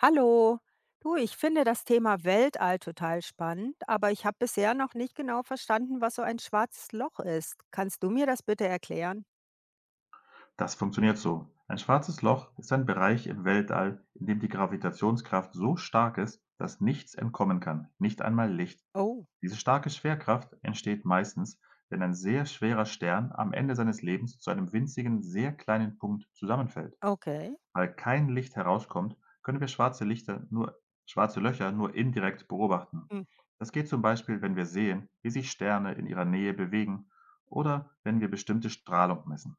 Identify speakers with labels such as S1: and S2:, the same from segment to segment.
S1: Hallo. Du, ich finde das Thema Weltall total spannend, aber ich habe bisher noch nicht genau verstanden, was so ein schwarzes Loch ist. Kannst du mir das bitte erklären?
S2: Das funktioniert so: Ein schwarzes Loch ist ein Bereich im Weltall, in dem die Gravitationskraft so stark ist, dass nichts entkommen kann, nicht einmal Licht.
S1: Oh,
S2: Diese starke Schwerkraft entsteht meistens, wenn ein sehr schwerer Stern am Ende seines Lebens zu einem winzigen, sehr kleinen Punkt zusammenfällt.
S1: okay.
S2: Weil kein Licht herauskommt, können wir schwarze Löcher nur indirekt beobachten.
S1: Hm.
S2: Das geht zum Beispiel, wenn wir sehen, wie sich Sterne in ihrer Nähe bewegen oder wenn wir bestimmte Strahlung messen.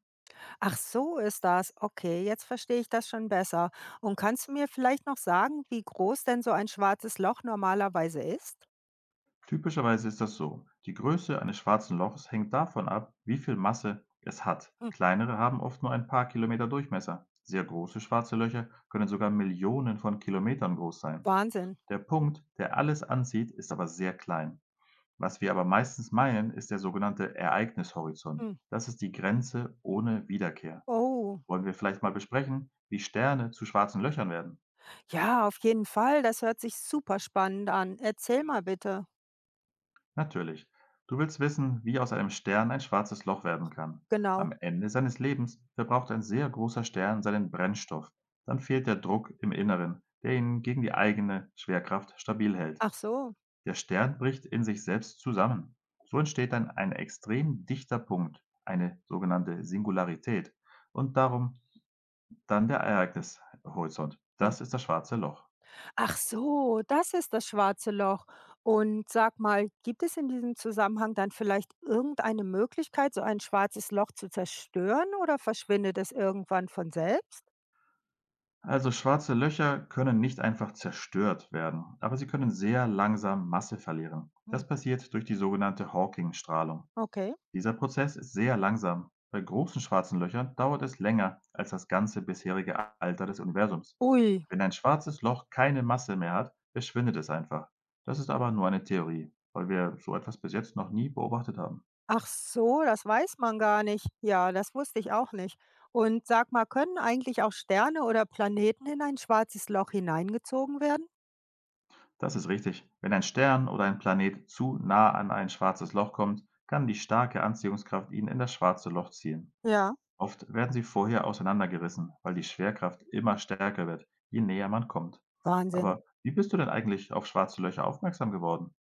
S1: Ach, so ist das. Okay, jetzt verstehe ich das schon besser. Und kannst du mir vielleicht noch sagen, wie groß denn so ein schwarzes Loch normalerweise ist?
S2: Typischerweise ist das so: Die Größe eines schwarzen Lochs hängt davon ab, wie viel Masse es hat.
S1: Hm.
S2: Kleinere haben oft nur ein paar Kilometer Durchmesser. Sehr große schwarze Löcher können sogar Millionen von Kilometern groß sein.
S1: Wahnsinn.
S2: Der Punkt, der alles anzieht, ist aber sehr klein. Was wir aber meistens meinen, ist der sogenannte Ereignishorizont.
S1: Hm.
S2: Das ist die Grenze ohne Wiederkehr.
S1: Oh,
S2: Wollen wir vielleicht mal besprechen, wie Sterne zu schwarzen Löchern werden?
S1: ja, auf jeden Fall. Das hört sich super spannend an. Erzähl mal bitte.
S2: Natürlich. Du willst wissen, wie aus einem Stern ein schwarzes Loch werden kann.
S1: Genau.
S2: Am Ende seines Lebens verbraucht ein sehr großer Stern seinen Brennstoff. Dann fehlt der Druck im Inneren, der ihn gegen die eigene Schwerkraft stabil hält.
S1: Ach so.
S2: Der Stern bricht in sich selbst zusammen. So entsteht dann ein extrem dichter Punkt, eine sogenannte Singularität. Und darum dann der Ereignishorizont.
S1: Hm.
S2: Das ist das schwarze Loch.
S1: Ach so, das ist das schwarze Loch. Und sag mal, gibt es in diesem Zusammenhang dann vielleicht irgendeine Möglichkeit, so ein schwarzes Loch zu zerstören oder verschwindet es irgendwann von selbst?
S2: Also schwarze Löcher können nicht einfach zerstört werden, aber sie können sehr langsam Masse verlieren.
S1: Hm.
S2: Das passiert durch die sogenannte Hawking-Strahlung.
S1: Okay.
S2: Dieser Prozess ist sehr langsam. Bei großen schwarzen Löchern dauert es länger als das ganze bisherige Alter des Universums.
S1: Ui,
S2: Wenn ein schwarzes Loch keine Masse mehr hat, verschwindet es einfach. Das ist aber nur eine Theorie, weil wir so etwas bis jetzt noch nie beobachtet haben.
S1: ach so, das weiß man gar nicht. Ja, das wusste ich auch nicht. Und sag mal, können eigentlich auch Sterne oder Planeten in ein schwarzes Loch hineingezogen werden?
S2: Das ist richtig. Wenn ein Stern oder ein Planet zu nah an ein schwarzes Loch kommt, kann die starke Anziehungskraft ihn in das schwarze Loch ziehen.
S1: Ja.
S2: Oft werden sie vorher auseinandergerissen, weil die Schwerkraft immer stärker wird, je näher man kommt.
S1: Wahnsinn.
S2: Aber wie bist du denn eigentlich auf schwarze Löcher aufmerksam geworden?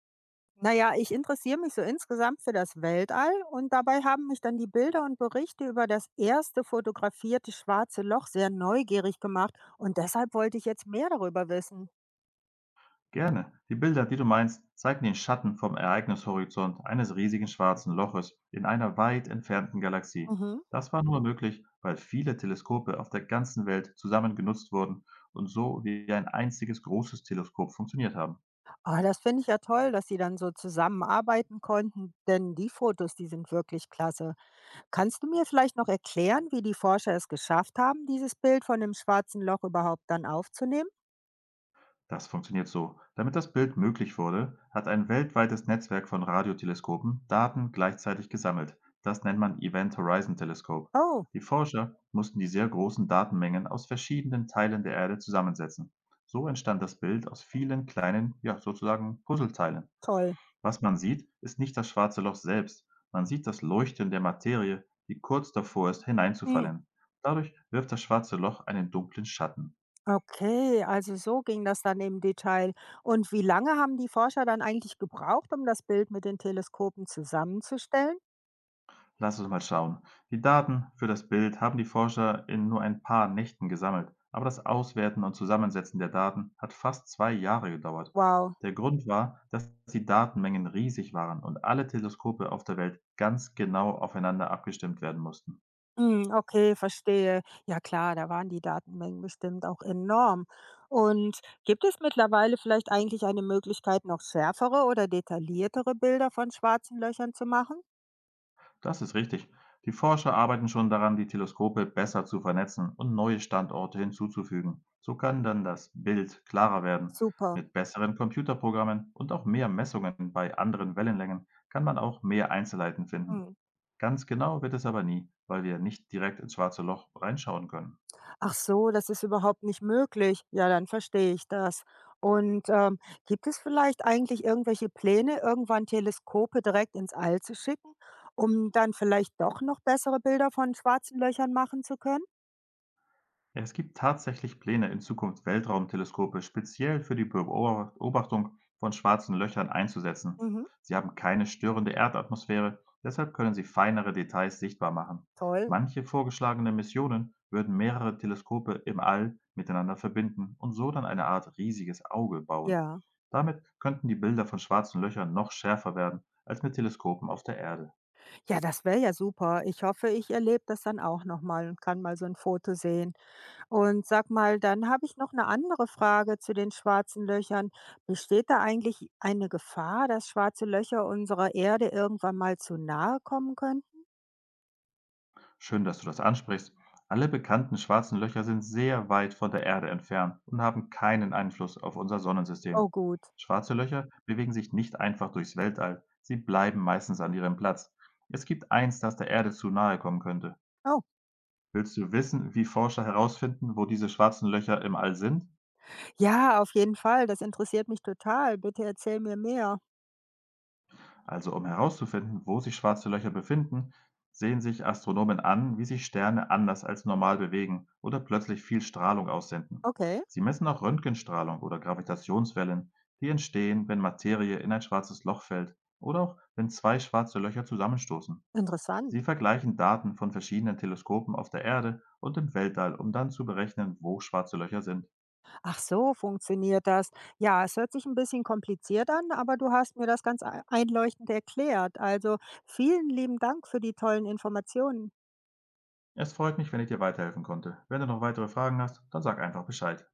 S1: Na ja, ich interessiere mich so insgesamt für das Weltall und dabei haben mich dann die Bilder und Berichte über das erste fotografierte schwarze Loch sehr neugierig gemacht und deshalb wollte ich jetzt mehr darüber wissen.
S2: Gerne. Die Bilder, die du meinst, zeigen den Schatten vom Ereignishorizont eines riesigen schwarzen Loches in einer weit entfernten Galaxie.
S1: Mhm.
S2: Das war nur möglich, weil viele Teleskope auf der ganzen Welt zusammen genutzt wurden und so wie ein einziges großes Teleskop funktioniert haben.
S1: Ah, das finde ich ja toll, dass Sie dann so zusammenarbeiten konnten, denn die Fotos, die sind wirklich klasse. Kannst du mir vielleicht noch erklären, wie die Forscher es geschafft haben, dieses Bild von dem schwarzen Loch überhaupt dann aufzunehmen?
S2: Das funktioniert so. Damit das Bild möglich wurde, hat ein weltweites Netzwerk von Radioteleskopen Daten gleichzeitig gesammelt. Das nennt man Event Horizon Teleskop.
S1: Oh,
S2: Die Forscher mussten die sehr großen Datenmengen aus verschiedenen Teilen der Erde zusammensetzen. So entstand das Bild aus vielen kleinen, ja sozusagen Puzzleteilen.
S1: toll.
S2: Was man sieht, ist nicht das schwarze Loch selbst. Man sieht das Leuchten der Materie, die kurz davor ist, hineinzufallen. Dadurch wirft das schwarze Loch einen dunklen Schatten.
S1: Okay, also so ging das dann im Detail. Und wie lange haben die Forscher dann eigentlich gebraucht, um das Bild mit den Teleskopen zusammenzustellen?
S2: Lass uns mal schauen. Die Daten für das Bild haben die Forscher in nur ein paar Nächten gesammelt, aber das Auswerten und Zusammensetzen der Daten hat fast 2 Jahre gedauert.
S1: Wow.
S2: Der Grund war, dass die Datenmengen riesig waren und alle Teleskope auf der Welt ganz genau aufeinander abgestimmt werden mussten.
S1: Hm, okay, verstehe. Ja klar, da waren die Datenmengen bestimmt auch enorm. Und gibt es mittlerweile vielleicht eigentlich eine Möglichkeit, noch schärfere oder detailliertere Bilder von schwarzen Löchern zu machen?
S2: Das ist richtig. Die Forscher arbeiten schon daran, die Teleskope besser zu vernetzen und neue Standorte hinzuzufügen. So kann dann das Bild klarer werden.
S1: Super.
S2: Mit besseren Computerprogrammen und auch mehr Messungen bei anderen Wellenlängen kann man auch mehr Einzelheiten finden.
S1: Hm.
S2: Ganz genau wird es aber nie, weil wir nicht direkt ins schwarze Loch reinschauen können.
S1: Ach so, das ist überhaupt nicht möglich. Ja, dann verstehe ich das. Und, gibt es vielleicht eigentlich irgendwelche Pläne, irgendwann Teleskope direkt ins All zu schicken, um dann vielleicht doch noch bessere Bilder von schwarzen Löchern machen zu können?
S2: Ja, es gibt tatsächlich Pläne, in Zukunft Weltraumteleskope speziell für die Beobachtung von schwarzen Löchern einzusetzen.
S1: Mhm,
S2: Sie haben keine störende Erdatmosphäre, deshalb können sie feinere Details sichtbar machen.
S1: toll.
S2: Manche vorgeschlagene Missionen würden mehrere Teleskope im All miteinander verbinden und so dann eine Art riesiges Auge bauen.
S1: Ja.
S2: Damit könnten die Bilder von schwarzen Löchern noch schärfer werden als mit Teleskopen auf der Erde.
S1: Ja, das wäre ja super. Ich hoffe, ich erlebe das dann auch noch mal und kann mal so ein Foto sehen. Und sag mal, dann habe ich noch eine andere Frage zu den schwarzen Löchern. Besteht da eigentlich eine Gefahr, dass schwarze Löcher unserer Erde irgendwann mal zu nahe kommen können?
S2: Schön, dass du das ansprichst. Alle bekannten schwarzen Löcher sind sehr weit von der Erde entfernt und haben keinen Einfluss auf unser
S1: Oh
S2: Sonnensystem.
S1: gut.
S2: Schwarze Löcher bewegen sich nicht einfach durchs Weltall, sie bleiben meistens an ihrem Platz. Es gibt eins, das der Erde zu nahe kommen könnte.
S1: Oh,
S2: Willst du wissen, wie Forscher herausfinden, wo diese schwarzen Löcher im All sind?
S1: ja, auf jeden Fall. Das interessiert mich total. Bitte erzähl mir mehr.
S2: Also um herauszufinden, wo sich schwarze Löcher befinden, sehen sich Astronomen an, wie sich Sterne anders als normal bewegen oder plötzlich viel Strahlung aussenden.
S1: Okay,
S2: Sie messen auch Röntgenstrahlung oder Gravitationswellen, die entstehen, wenn Materie in ein schwarzes Loch fällt oder auch wenn zwei schwarze Löcher zusammenstoßen. Sie
S1: interessant.
S2: vergleichen Daten von verschiedenen Teleskopen auf der Erde und im Weltall, um dann zu berechnen, wo schwarze Löcher sind.
S1: Ach so, funktioniert das. Ja, es hört sich ein bisschen kompliziert an, aber du hast mir das ganz ei einleuchtend erklärt. Also, vielen lieben Dank für die tollen Informationen.
S2: Es freut mich, wenn ich dir weiterhelfen konnte. Wenn du noch weitere Fragen hast, dann sag einfach Bescheid.